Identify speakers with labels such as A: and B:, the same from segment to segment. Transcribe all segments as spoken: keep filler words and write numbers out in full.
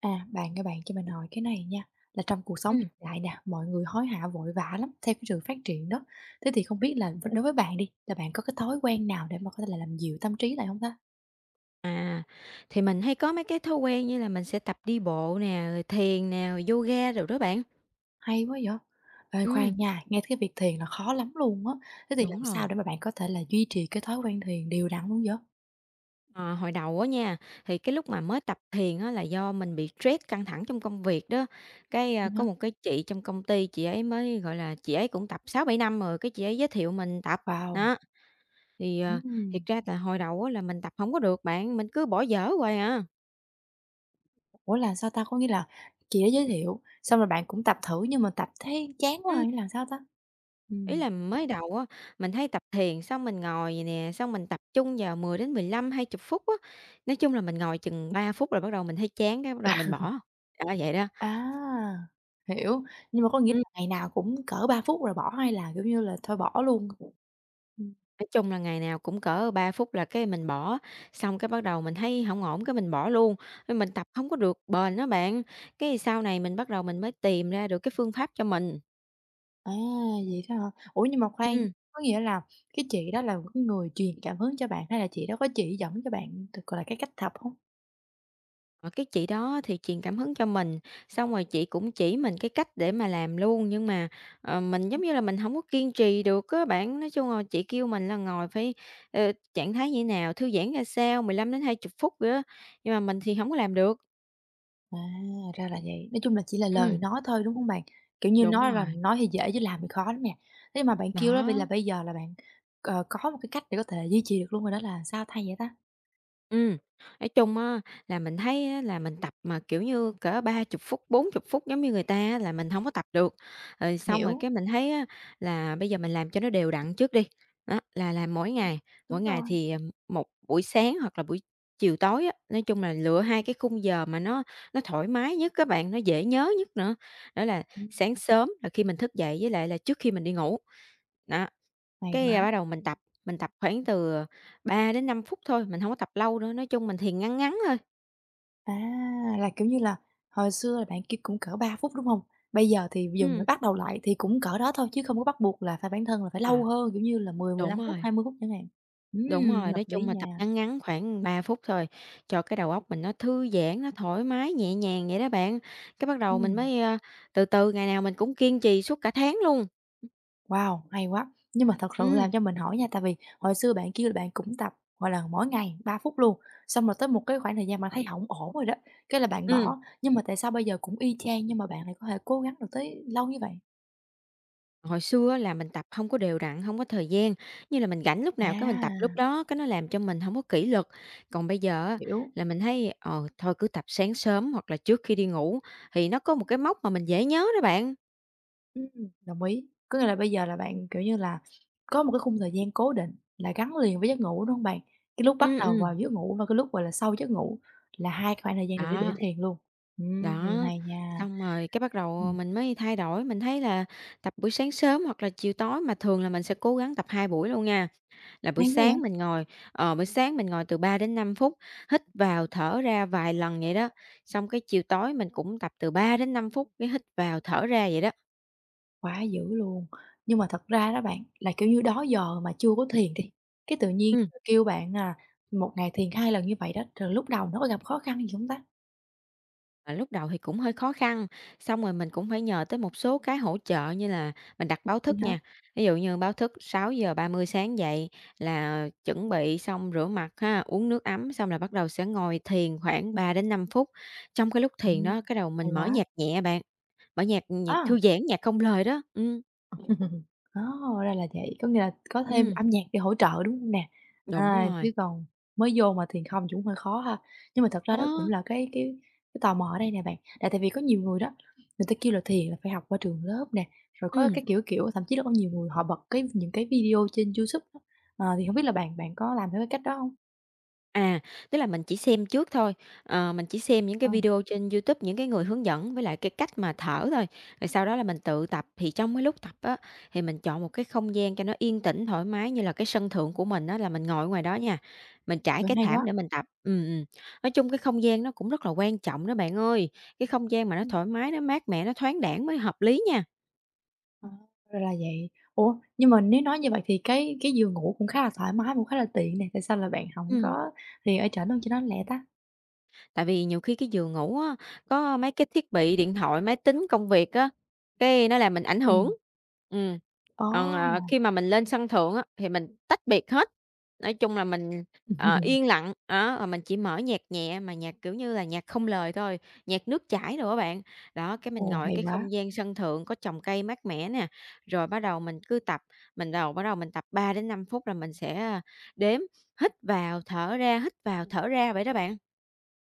A: À, bạn các bạn cho mình hỏi cái này nha, là trong cuộc sống
B: Ừm,
A: hiện đại nè, mọi người hối hả vội vã lắm theo cái sự phát triển đó. Thế thì không biết là v đối với bạn đi, là bạn có cái thói quen nào để mà có thể là làm dịu tâm trí lại không ta?
B: à, thì mình hay có mấy cái thói quen như là mình sẽ tập đi bộ nè, rồi thiền nè, rồi yoga rồi đó bạn.
A: Hay quá vậy! Ê,
B: Ừm.
A: khoan nha, nghe tới cái việc thiền là khó lắm luôn á, thế thì làm
B: Đúng rồi.
A: sao để mà bạn có thể là duy trì cái thói quen thiền đều đặn luôn vậy?
B: Ờ, Hồi đầu á nha, thì cái lúc mà mới tập thiền á là do mình bị stress căng thẳng trong công việc đó. Cái, a,
A: Vậy
B: có
A: hả?
B: một cái chị trong công ty, chị ấy mới, gọi là, chị ấy cũng tập sáu bảy năm rồi, cái chị ấy giới thiệu mình tập.
A: Wow!
B: Đó, thì, ờ, thiệt
A: Ừm,
B: ra là hồi đầu á là mình tập không có được bạn, mình cứ bỏ dở hoài à.
A: ủa là sao ta? Có nghĩa là chị đã giới thiệu, xong rồi bạn cũng tập thử nhưng mà tập thấy chán quá à, hay là sao ta?
B: Ý
A: Ừm.
B: là mới đầu á, mình hay tập thiền xong mình ngồi vậy nè, xong mình tập trung vào mười đến mười lăm hai chục phút á. Nói chung là mình ngồi chừng ba phút rồi bắt đầu mình thấy chán cái bắt đầu mình bỏ. Đó, vậy đó.
A: À, hiểu, nhưng mà có nghĩa
B: Ừm,
A: là ngày nào cũng cỡ ba phút rồi bỏ hay là, kiểu như là, thôi bỏ luôn? Ừm,
B: nói chung là ngày nào cũng cỡ ba phút là cái mình bỏ, xong cái bắt đầu mình thấy hổng ổn cái mình bỏ luôn, nên mình tập hông có được bền á bạn. Cái sau này mình bắt đầu mình mới tìm ra được cái phương pháp cho mình.
A: à, vậy đó hả? Ủa, nhưng mà khoan,
B: Ừm.
A: có nghĩa là cái chị đó là cái người truyền cảm hứng cho bạn hay là chị đó có chỉ dẫn cho bạn t gọi là, cái cách tập không?
B: Ờ, cái chị đó thì truyền cảm hứng cho mình, xong rồi chị cũng chỉ mình cái cách để mà làm luôn, nhưng mà, ờ, mình, giống như là, mình không có kiên trì được á bạn. Nói chung là chị kêu mình là ngồi phải, ờ, trạng thái như nào, thư giãn ra sao, mười lăm đến hai mươi phút nữa nhưng mà mình thì không có làm được.
A: À, ra là vậy, nói chung là chỉ là lời
B: Ừm,
A: nói thôi, đúng không bạn? Kiểu như,
B: đúng
A: nói là
B: rồi,
A: nói thì dễ chứ làm thì khó lắm nè. Thế mà bạn kêu đó bây
B: đó.
A: là Bây giờ là bạn, ờ, có một cái cách để có thể duy trì được luôn rồi đó là sao thay vậy ta?
B: Ừm, nói chung á là mình thấy á là mình tập mà, kiểu như, cỡ ba chục phút, bốn chục phút giống như người ta á là mình không có tập được. Rồi xong rồi
A: Hiểu,
B: cái mình thấy á là bây giờ mình làm cho nó đều đặn trước đi, đó, là làm mỗi ngày,
A: đúng
B: mỗi ngày
A: rồi,
B: thì, ừm, một buổi sáng hoặc là buổi chiều tối á, nói chung là lựa hai cái khung giờ mà nó nó thoải mái nhất các bạn, nó dễ nhớ nhất nữa. Đó là
A: ừm,
B: sáng sớm là khi mình thức dậy với lại là trước khi mình đi ngủ, đó.
A: hay
B: Cái,
A: quá.
B: à, bắt đầu mình tập, mình tập khoảng từ, ờ, ba đến năm phút thôi, mình hông có tập lâu nữa, nói chung mình thiền ngắn ngắn thôi.
A: À, là, kiểu như là, hồi xưa là bạn kia cũng cỡ ba phút, đúng không? Bây giờ thì giờ mới
B: Ừm.
A: bắt đầu lại thì cũng cỡ đó thôi chứ không có bắt buộc là phải bản thân là phải lâu
B: À,
A: hơn, kiểu như là, mười mười
B: Đúng
A: lăm phút,
B: rồi,
A: hai mươi phút chẳng hạn.
B: đúng
A: Ừm,
B: rồi,
A: hợp
B: nói
A: lý
B: chung mình tập
A: nha.
B: ngắn ngắn khoảng ba phút thôi, cho cái đầu óc mình nó thư giãn, nó thoải mái, nhẹ nhàng vậy đó bạn. Cái bắt đầu mình
A: Ừm,
B: mới, ơ, từ từ ngày nào mình cũng kiên trì suốt cả tháng luôn.
A: wow, hay quá! Nhưng mà thật sự
B: Ừm,
A: làm cho mình hỏi nha, tại vì hồi xưa bạn kia là bạn cũng tập, gọi là, mỗi ngày ba phút luôn, xong rồi tới một cái khoảng thời gian bạn thấy hổng ổn rồi đó, cái là bạn
B: ừm.
A: bỏ, nhưng mà tại sao bây giờ cũng y chang nhưng mà bạn lại có thể cố gắng được tới lâu như vậy?
B: Hồi xưa á là mình tập không có đều đặn, không có thời gian, như là mình rảnh lúc nào cái mình tập lúc
A: À,
B: đó, cái nó làm cho mình không có kỷ luật. Còn bây giờ á
A: hiểu.
B: là mình thấy, ờ, thôi cứ tập sáng sớm hoặc là trước khi đi ngủ thì nó có một cái mốc mà mình dễ nhớ đó bạn.
A: Ừm, đồng ý. Có nghĩa là bây giờ là bạn, kiểu như là, có một cái khung thời gian cố định là gắn liền với giấc ngủ, đúng hông bạn? Cái lúc bắt
B: Ừ,
A: đầu
B: ừ.
A: vào giấc ngủ và cái lúc, gọi là, sau giấc ngủ là hai khoảng thời gian này để để
B: Đó,
A: thiền luôn. Ừm,
B: đó,
A: hay nha.
B: xong rồi cái bắt đầu
A: Ừm,
B: mình mới thay đổi, mình thấy là tập buổi sáng sớm hoặc là chiều tối, mà thường là mình sẽ cố gắng tập hai buổi luôn nha. Là buổi
A: hay quá vậy,
B: sáng mình ngồi, ờ, buổi sáng mình ngồi từ ba đến năm phút, hít vào thở ra vài lần vậy đó, xong cái chiều tối mình cũng tập từ ba đến năm phút cái hít vào thở ra vậy đó.
A: quá dữ luôn. Nhưng mà thật ra đó bạn, là, kiểu như, đó giờ mà chưa có thiền đi, cái tự nhiên
B: Ừm.
A: kêu bạn, à, một ngày thiền hai lần như vậy đó, rồi lúc đầu nó có gặp khó khăn gì hông ta?
B: À, lúc đầu thì cũng hơi khó khăn, xong rồi mình cũng phải nhờ tới một số cái hỗ trợ như là mình đặt báo
A: Vậy
B: thức
A: hả?
B: nha. Ví dụ như báo thức sáu giờ ba mươi sáng dậy là chuẩn bị xong rửa mặt ha, uống nước ấm xong là bắt đầu sẽ ngồi thiền khoảng ba đến năm phút. Trong cái lúc thiền
A: Ừm,
B: đó cái đầu
A: hay
B: mình mở
A: quá.
B: nhạc nhẹ bạn, mở nhạc nhạc
A: À.
B: thư giãn, nhạc không lời đó. Ừm,
A: Ồ, ra là vậy, có nghĩa là có thêm
B: ừm,
A: âm nhạc để hỗ trợ, đúng không nè?
B: đúng
A: À,
B: rồi.
A: chứ còn mới vô mà thiền không thì cũng hơi khó ha. Nhưng mà thật ra đó cũng
B: Đó,
A: là cái cái cái tò mò ở đây nè bạn, là tại vì có nhiều người đó, người ta kêu là thiền là phải học qua trường lớp nè, rồi có
B: ừm.
A: cái kiểu, kiểu, thậm chí là có nhiều người họ bật cái những cái video trên YouTube á, ờ, thì không biết là bạn bạn có làm theo cái cách đó không?
B: À, Tức là mình chỉ xem trước thôi, ờ, mình chỉ xem những cái
A: Ờ,
B: video trên YouTube, những cái người hướng dẫn với lại cái cách mà thở thôi, rồi sau đó là mình tự tập. Thì trong cái lúc tập á, thì mình chọn một cái không gian cho nó yên tĩnh, thoải mái như là cái sân thượng của mình á, là mình ngồi ngoài đó nha, mình trải
A: vậy
B: cái
A: hay
B: thảm
A: quá.
B: để mình tập. Ừm, ừm. Nói chung cái không gian nó cũng rất là quan trọng đó bạn ơi, cái không gian mà nó thoải mái, nó mát mẻ, nó thoáng đãng mới hợp lý nha.
A: À, ra là vậy. Ủa, nhưng mà nếu nói như vậy thì cái cái giường ngủ cũng khá là thoải mái, cũng khá là tiện nè, tại sao là bạn hổng
B: Ừm.
A: có thì ở trển luôn cho nó lẹ ta?
B: Tại vì nhiều khi cái giường ngủ á, có mấy cái thiết bị điện thoại, máy tính, công việc á, cái nó làm mình ảnh
A: Ừm,
B: hưởng. Ừm, Còn, ờ,
A: ồ!
B: khi mà mình lên sân thượng á, thì mình tách biệt hết. Nói chung là mình, ờ, yên lặng, á, rồi mình chỉ mở nhạc nhẹ mà nhạc, kiểu như là, nhạc không lời thôi, nhạc nước chảy rồi các bạn. Đó, cái mình
A: Ồ,
B: ngồi ở
A: hay
B: cái
A: quá!
B: không gian sân thượng có trồng cây mát mẻ nè, rồi bắt đầu mình cứ tập, mình đầu bắt đầu mình tập ba đến năm phút là mình sẽ, ờ, đếm hít vào, thở ra, hít vào, thở ra vậy đó bạn.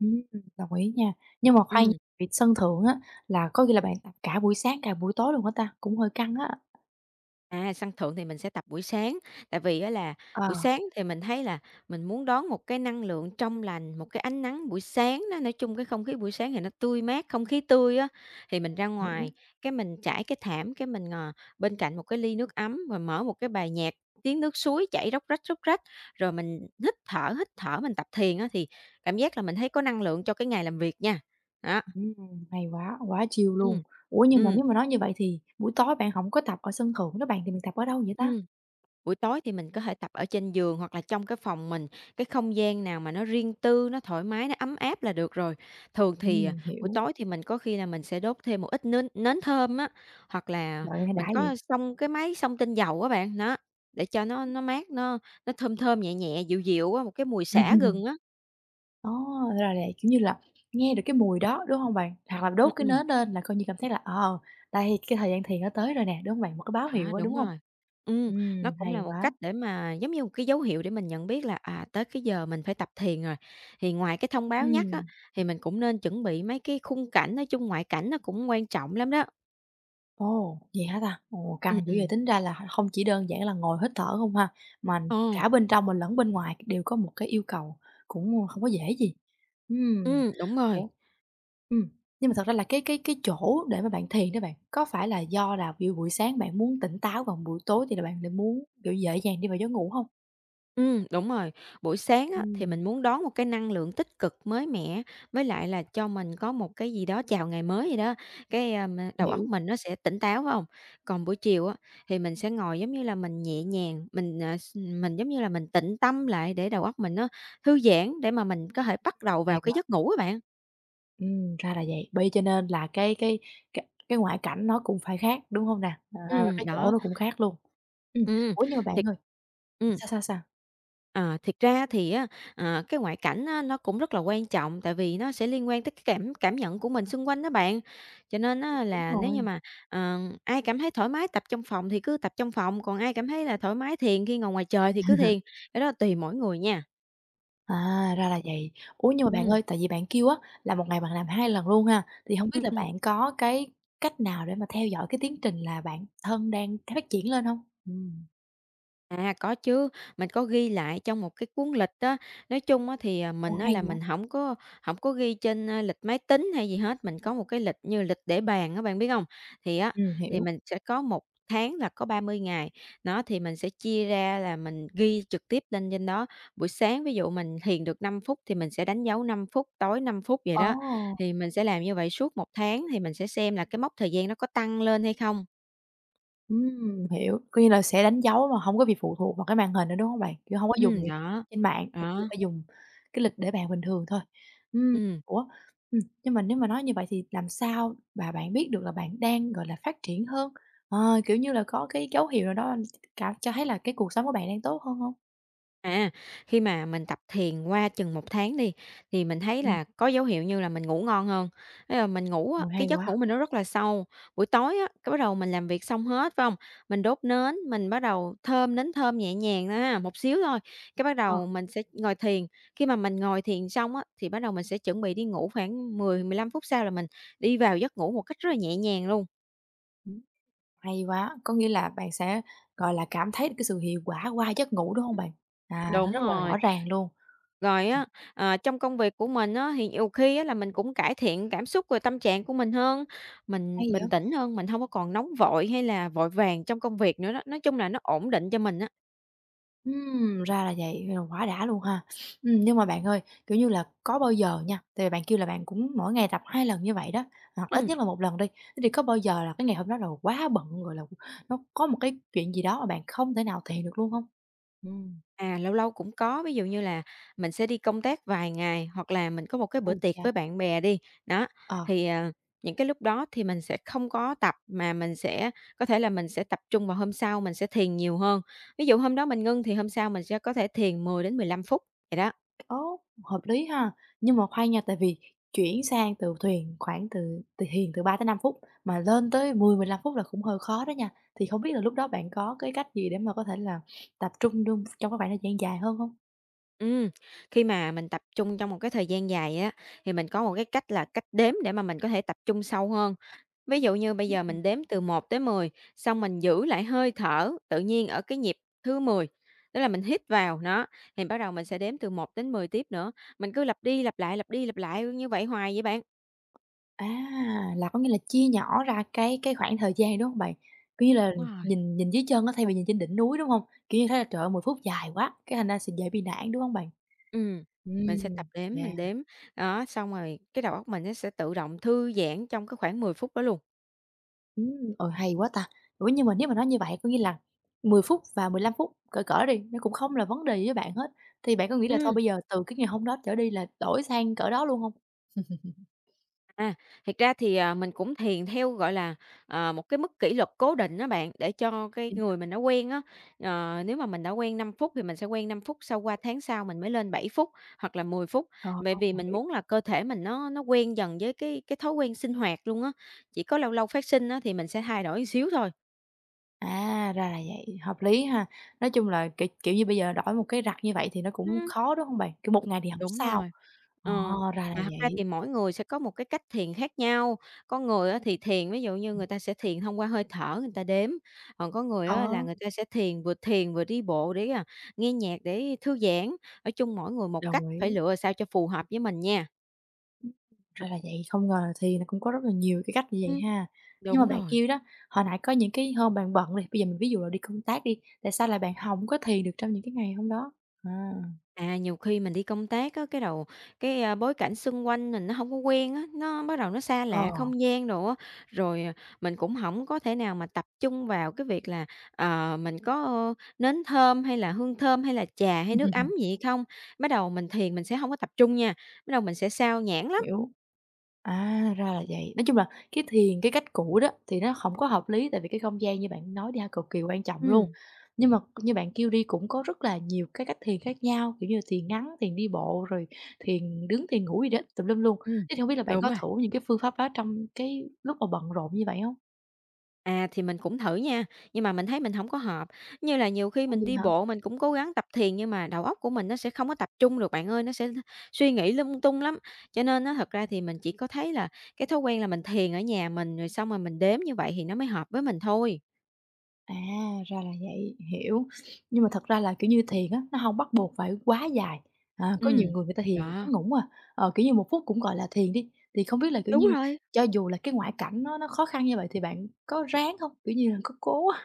A: Ừm, đồng ý nha. Nhưng mà khoan,
B: Ừ.
A: việc sân thượng á, là có nghĩa là bạn tập cả buổi sáng, cả buổi tối luôn hả ta? Cũng hơi căng á.
B: À, sân thượng thì mình sẽ tập buổi sáng, tại vì á là
A: Ờ,
B: buổi sáng thì mình thấy là mình muốn đón một cái năng lượng trong lành, một cái ánh nắng buổi sáng đó, nói chung cái không khí buổi sáng thì nó tươi mát, không khí tươi á, thì mình ra
A: hiểu.
B: ngoài, cái mình trải cái thảm, cái mình, ngồi bên cạnh một cái ly nước ấm và mở một cái bài nhạc, tiếng nước suối chảy róc rách, róc rách, rồi mình hít thở, hít thở, mình tập thiền á thì cảm giác là mình thấy có năng lượng cho cái ngày làm việc nha. Đó,
A: Ừm, hay quá, quá chill luôn.
B: ừm.
A: Ủa, nhưng mà
B: Ừm,
A: nếu mà nói như vậy thì buổi tối bạn hổng có tập ở sân thượng đó bạn, thì mình tập ở đâu vậy ta?
B: ừm. Buổi tối thì mình có thể tập ở trên giường hoặc là trong cái phòng mình, cái không gian nào mà nó riêng tư, nó thoải mái, nó ấm áp là được rồi. Thường thì, à,
A: Ừm,
B: buổi
A: hiểu.
B: tối thì mình có khi là mình sẽ đốt thêm một ít nến nến thơm á, hoặc là
A: Trời ơi, đã
B: mình
A: vậy.
B: có xông cái máy xông tinh dầu á bạn, đó, để cho nó nó mát, nó nó thơm thơm, nhẹ nhẹ, dịu dịu á, một cái mùi xả gừng á.
A: Ồ, thế là là, kiểu như là, nghe được cái mùi đó, đúng không bạn? Hoặc là đốt
B: Ừm,
A: cái
B: ừm.
A: nến lên là coi như cảm thấy là, ờ, đây, cái thời gian thiền nó tới rồi nè, đúng không bạn? Một cái báo
B: À,
A: hiệu á, đúng
B: đúng
A: không?
B: rồi. Ừm,
A: Ừ,
B: nó cũng
A: hay
B: là một
A: quá.
B: cách để mà giống như một cái dấu hiệu để mình nhận biết là, à, tới cái giờ mình phải tập thiền rồi. Thì ngoài cái thông
A: Ừ.
B: báo nhắc á, thì mình cũng nên chuẩn bị mấy cái khung cảnh, nói chung ngoại cảnh nó cũng quan trọng lắm đó.
A: Ồ, vậy hả ta? Ồ,
B: Ừm,
A: căng dữ vậy,
B: ừm.
A: tính ra là không chỉ đơn giản là ngồi hít thở không ha, mà
B: Ờ,
A: cả bên trong mình lẫn bên ngoài đều có một cái yêu cầu cũng không có dễ gì. Ừm,
B: ừm, đúng rồi.
A: ủa, ừm, nhưng mà thật ra là cái cái cái chỗ để mà bạn thiền đó bạn, có phải là do là buổi buổi sáng bạn muốn tỉnh táo, còn buổi tối thì là bạn lại muốn, kiểu, dễ dàng đi vào giấc ngủ hông?
B: Ừm, đúng rồi. Buổi sáng á, thì
A: Ừm,
B: mình muốn đón một cái năng lượng tích cực mới mẻ, với lại là cho mình có một cái gì đó chào ngày mới vậy đó, cái, ờm, đầu
A: hiểu,
B: óc mình nó sẽ tỉnh táo, phải hông? Còn buổi chiều á, thì mình sẽ ngồi, giống như là, mình nhẹ nhàng, mình, à, s mình, giống như là, mình tĩnh tâm lại để đầu óc mình nó thư giãn để mà mình có thể bắt đầu
A: hay
B: vào cái giấc ngủ các bạn.
A: Ừm, ra là vậy. Bởi vậy cho nên là cái cái cái cái ngoại cảnh nó cũng phải khác, đúng hông nè? À, và
B: Ừm,
A: cái chỗ
B: đó.
A: nó cũng khác luôn. Ừm,
B: Ừm,
A: ủa, nhưng mà bạn
B: thiệt
A: ơi
B: ừm.
A: sao, sao, sao?
B: À, thiệt ra thì á, ờ, cái ngoại cảnh á, nó cũng rất là quan trọng, tại vì nó sẽ liên quan tới cái cảm cảm nhận của mình xung quanh đó bạn. Cho nên á,
A: Đúng
B: là nếu như
A: rồi.
B: mà, ờ, ai cảm thấy thoải mái tập trong phòng thì cứ tập trong phòng, còn ai cảm thấy là thoải mái thiền khi ngồi ngoài trời thì cứ thiền, cái đó tùy mỗi người nha.
A: À, ra là vậy. Ủa, nhưng mà bạn
B: Ừm,
A: ơi, tại vì bạn kêu á là một ngày bạn làm hai lần luôn ha, thì hông biết là
B: ừm,
A: bạn có cái cách nào để mà theo dõi cái tiến trình là bản thân đang phát triển lên hông? Ừm.
B: À, có chứ, mình có ghi lại trong một cái cuốn lịch đó. Nói chung á thì, à,
A: Ồ,
B: mình á
A: hay
B: là
A: vậy!
B: mình không có không có ghi trên, a, lịch máy tính hay gì hết, mình có một cái lịch như lịch để bàn á, bạn biết không? Thì á,
A: Ừm,
B: thì
A: hiểu.
B: mình sẽ có một tháng là có ba mươi ngày, nó thì mình sẽ chia ra là mình ghi trực tiếp lên trên đó. Buổi sáng ví dụ mình thiền được năm phút thì mình sẽ đánh dấu năm phút, tối năm phút vậy
A: Ồ!
B: đó. Thì mình sẽ làm như vậy suốt một tháng thì mình sẽ xem là cái mốc thời gian nó có tăng lên hay không.
A: Ừm, hiểu, coi như là sẽ đánh dấu mà hông có bị phụ thuộc vào cái màn hình nữa, đúng hông bạn? Kiểu, hông có dùng
B: Ừm,
A: những
B: đó,
A: trên mạng mà chỉ là
B: đó,
A: phải dùng cái lịch để bàn bình thường thôi. Ừm,
B: ừm.
A: ủa, ừm, nhưng mà nếu mà nói như vậy thì làm sao mà bạn biết được là bạn đang, gọi là, phát triển hơn? Ờ, kiểu như là, có cái dấu hiệu nào đó cảm cho thấy là cái cuộc sống của bạn đang tốt hơn hông?
B: À, khi mà mình tập thiền qua chừng một tháng đi, thì mình thấy
A: Ừm,
B: là có dấu hiệu như là mình ngủ ngon hơn. Thế là mình ngủ á,
A: ồ,
B: cái
A: hay
B: giấc
A: quá,
B: ngủ mình nó rất là sâu. Buổi tối á, cái bắt đầu mình làm việc xong hết, phải không? Mình đốt nến, mình bắt đầu thơm nến thơm nhẹ nhàng thôi ha, một xíu thôi, cái bắt
A: ờ,
B: đầu mình sẽ ngồi thiền. Khi mà mình ngồi thiền xong á, thì bắt đầu mình sẽ chuẩn bị đi ngủ khoảng mười mười lăm phút sau là mình đi vào giấc ngủ một cách rất là nhẹ nhàng luôn.
A: ừm, hay quá, có nghĩa là bạn sẽ, gọi là, cảm thấy được cái sự hiệu quả qua giấc ngủ, đúng hông bạn? À, nó
B: Đúng
A: rất là
B: rồi.
A: rõ ràng luôn,
B: Rồi á, ờ, trong công việc của mình á, thì nhiều khi á là mình cũng cải thiện cảm xúc và tâm trạng của mình hơn, mình
A: hay
B: bình
A: vậy!
B: tĩnh hơn, mình không có còn nóng vội hay là vội vàng trong công việc nữa đó, nói chung là nó ổn định cho mình á.
A: Ừm, ra là vậy, vậy là quá đã luôn ha. Ừm, nhưng mà bạn ơi, kiểu như là, có bao giờ nha, tại vì bạn kêu là bạn cũng mỗi ngày tập hai lần như vậy đó, hoặc ít
B: Ừm.
A: nhất là một lần đi, thế thì có bao giờ là cái ngày hôm đó là quá bận rồi là nó có một cái chuyện gì đó mà bạn không thể nào thiền được luôn không? Ừm,
B: À, lâu lâu cũng có, ví dụ như là mình sẽ đi công tác vài ngày, hoặc là mình có một cái bữa
A: ôi
B: tiệc
A: chà,
B: với bạn bè đi, đó,
A: ờ.
B: thì, ờ, những cái lúc đó thì mình sẽ không có tập, mà mình sẽ có thể là mình sẽ tập trung vào hôm sau mình sẽ thiền nhiều hơn. Ví dụ hôm đó mình ngưng thì hôm sau mình sẽ có thể thiền mười đến mười lăm phút, vậy đó.
A: Ố, hợp lý ha! Nhưng mà khoan nha, tại vì chuyển sang từ thuyền khoảng từ từ thuyền từ ba tới năm phút mà lên tới mười mười lăm phút là cũng hơi khó đó nha. Thì không biết là lúc đó bạn có cái cách gì để mà có thể là tập trung trong trong cái khoảng thời gian dài hơn không?
B: Ừm, khi mà mình tập trung trong một cái thời gian dài á, thì mình có một cái cách là cách đếm để mà mình có thể tập trung sâu hơn. Ví dụ như bây giờ
A: Ừm.
B: mình đếm từ một tới mười, xong mình giữ lại hơi thở tự nhiên ở cái nhịp thứ mười, tức là mình hít vào, nó, thì bắt đầu mình sẽ đếm từ một đến mười tiếp nữa. Mình cứ lặp đi lặp lại, lặp đi lặp lại như vậy hoài vậy bạn.
A: À, là có nghĩa là chia nhỏ ra cái cái khoảng thời gian, đúng không bạn? Cứ như là,
B: Đúng rồi.
A: nhìn nhìn dưới chân á, thay vì nhìn trên đỉnh núi, đúng không? Kiểu như, thế là "Trời ơi, mười phút dài quá!" cái thành ra sẽ dễ bị nản, đúng không bạn?
B: Ừm,
A: Ừm,
B: mình sẽ tập đếm,
A: yeah.
B: mình đếm, đó, xong rồi cái đầu óc mình nó sẽ tự động thư giãn trong cái khoảng mười phút đó luôn.
A: Ừm, ờ, hay quá ta! Ủa, nhưng mà nếu mà nói như vậy có nghĩa là mười phút và mười lăm phút cỡ cỡ đi, nó cũng không là vấn đề gì với bạn hết, thì bạn có nghĩ là thôi
B: Ừ.
A: bây giờ từ cái ngày hôm đó trở đi là đổi sang cỡ đó luôn không?
B: À, thiệt ra thì, à, mình cũng thiền theo, gọi là, ờ, một cái mức kỷ luật cố định đó bạn, để cho cái
A: Vậy
B: người mình đã quen á, ờ, nếu mà mình đã quen năm phút thì mình sẽ quen năm phút, sau qua tháng sau mình mới lên bảy phút hoặc là mười phút.
A: ờ,
B: Bởi vì mình
A: hiểu.
B: muốn là cơ thể mình nó nó quen dần với cái cái thói quen sinh hoạt luôn á, chỉ có lâu lâu phát sinh á thì mình sẽ thay đổi một xíu thôi.
A: À, ra là vậy, hợp lý ha. Nói chung là, kiểu kiểu như, bây giờ đổi một cái rặt như vậy thì nó cũng
B: Ừm.
A: khó, đúng không bạn? Kiểu, một ngày thì không
B: Đúng
A: sao.
B: rồi.
A: Ờ,
B: Ờ,
A: ra là
B: mà thật ra
A: vậy.
B: thì mỗi người sẽ có một cái cách thiền khác nhau. Có người á thì thiền ví dụ như người ta sẽ thiền thông qua hơi thở, người ta đếm, còn có người
A: Ờ,
B: á là người ta sẽ thiền vừa thiền vừa đi bộ để, à, nghe nhạc để thư giãn. Nói chung mỗi người một cách,
A: đồng
B: phải
A: ý.
B: lựa sao cho phù hợp với mình nha.
A: Ừm, ra là vậy, không ngờ là thì nó cũng có rất là nhiều cái cách như vậy
B: Ừm.
A: ha. Nhưng mà
B: Đúng
A: bạn
B: rồi.
A: kêu đó, hồi nãy có những cái hôm bạn bận này bây giờ mình ví dụ là đi công tác đi, tại sao là bạn không có thiền được trong những cái ngày hôm đó? À.
B: À, nhiều khi mình đi công tác á, cái đầu cái, a, bối cảnh xung quanh mình nó không có quen á, nó bắt đầu nó xa
A: Ờ.
B: lạ không gian đồ á, rồi, à, mình cũng không có thể nào mà tập trung vào cái việc là, ờ, mình có, ơ, nến thơm hay là hương thơm hay là trà hay nước ấm gì hay không. Bắt đầu mình thiền mình sẽ không có tập trung nha, bắt đầu mình sẽ sao nhãng lắm.
A: Hiểu. À, ra là vậy. Nói chung là cái thiền, cái cách cũ đó thì nó không có hợp lý, tại vì cái không gian như bạn nói đi ha, cực kỳ quan trọng luôn.
B: Ừm,
A: Nhưng mà như bạn kêu đi cũng có rất là nhiều cái cách thiền khác nhau, kiểu như là thiền ngắn, thiền đi bộ, rồi thiền đứng, thiền ngủ gì đó tùm lum luôn.
B: ừm,
A: Thế thì hông biết là bạn
B: đúng
A: có
B: rồi.
A: thử những cái phương pháp đó trong cái lúc mà bận rộn như vậy không?
B: À, thì mình cũng thử nha, nhưng mà mình thấy mình không có hợp. Như là nhiều khi
A: Ủa,
B: mình
A: gì
B: đi
A: hả?
B: bộ mình cũng cố gắng tập thiền nhưng mà đầu óc của mình nó sẽ không có tập trung được bạn ơi, nó sẽ suy nghĩ lung tung lắm. Cho nên nó thật ra thì mình chỉ có thấy là cái thói quen là mình thiền ở nhà mình, rồi xong rồi mình đếm như vậy thì nó mới hợp với mình thôi.
A: À, ra là vậy, hiểu. Nhưng mà thật ra là, kiểu như, thiền á, nó hông bắt buộc phải quá dài. À, có
B: Ừ.
A: nhiều người người ta thiền
B: Đó,
A: ngắn ngủn à, ờ, kiểu như, một phút cũng gọi là thiền đi, thì không biết là, kiểu
B: đúng
A: như,
B: rồi.
A: cho dù là cái ngoại cảnh nó nó khó khăn như vậy thì bạn có ráng hông? Kiểu như là, có cố á.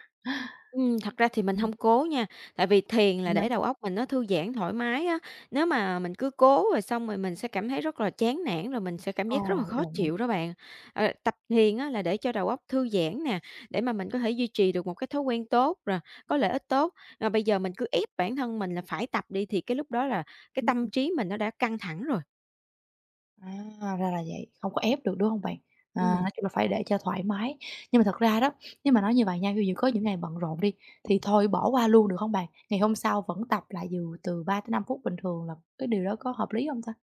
B: Ừm, thật ra thì mình
A: Ừm,
B: hông cố nha, tại vì thiền
A: thì
B: là
A: á
B: để đầu óc mình nó thư giãn thoải mái á. Nếu mà mình cứ cố rồi xong rồi mình sẽ cảm thấy rất là chán nản, rồi mình sẽ cảm
A: ờ,
B: giác rất là khó
A: đồng ý.
B: chịu đó bạn. Ờ, tập thiền á là để cho đầu óc thư giãn nè, để mà mình có thể duy trì được một cái thói quen tốt, rồi có lợi ích tốt. Rồi bây giờ mình cứ ép bản thân mình là phải tập đi thì cái lúc đó là cái tâm trí mình nó đã căng thẳng rồi.
A: À, ra là vậy, không có ép được, đúng không bạn? À, nói
B: Ừm.
A: chung là phải để cho thoải mái. Nhưng mà thật ra đó, nếu mà nói như vậy nha, ví dụ có những ngày bận rộn đi, thì thôi bỏ qua luôn được không bạn? Ngày hôm sau vẫn tập lại dù từ ba tới năm phút bình thường là cái điều đó có hợp lý không ta?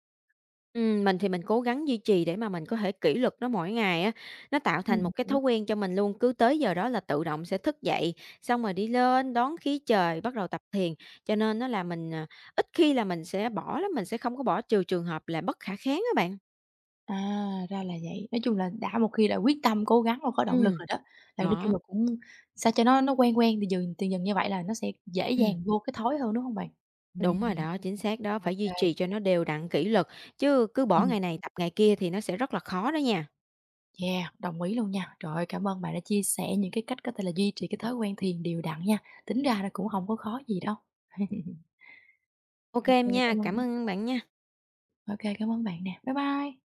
B: Ừm, mình thì mình cố gắng duy trì để mà mình có thể kỷ luật nó mỗi ngày á, nó tạo thành
A: Ừm,
B: một cái
A: hiểu.
B: thói quen cho mình luôn, cứ tới giờ đó là tự động sẽ thức dậy, xong rồi đi lên đón khí trời, bắt đầu tập thiền. Cho nên nó là mình, à, ít khi là mình sẽ bỏ lắm, mình sẽ không có bỏ trừ trường hợp là bất khả kháng á bạn.
A: À, ra là vậy. Nói chung là đã một khi đã quyết tâm cố gắng và có động lực
B: Ừm,
A: rồi đó, là nói chung
B: đó,
A: là cũng sao cho nó nó quen quen thì dần từ dần như vậy là nó sẽ dễ
B: ừm,
A: dàng vô cái thói hơn, đúng không bạn?
B: đúng rồi
A: Ừm,
B: đó, chính xác đó,
A: ô
B: phải duy trì cho nó đều đặn, kỷ luật, chứ cứ bỏ ngày này tập ngày kia thì nó sẽ rất là khó đó nha.
A: Yeah, đồng ý luôn nha. Trời ơi, cảm ơn bạn đã chia sẻ những cái cách có thể là duy trì cái thói quen thiền đều đặn nha. Tính ra là cũng không có khó gì đâu.
B: OK
A: OK,
B: em nha,
A: cảm
B: cảm
A: ơn.
B: ơn bạn nha.
A: OK, cảm ơn bạn nè. Bye bye.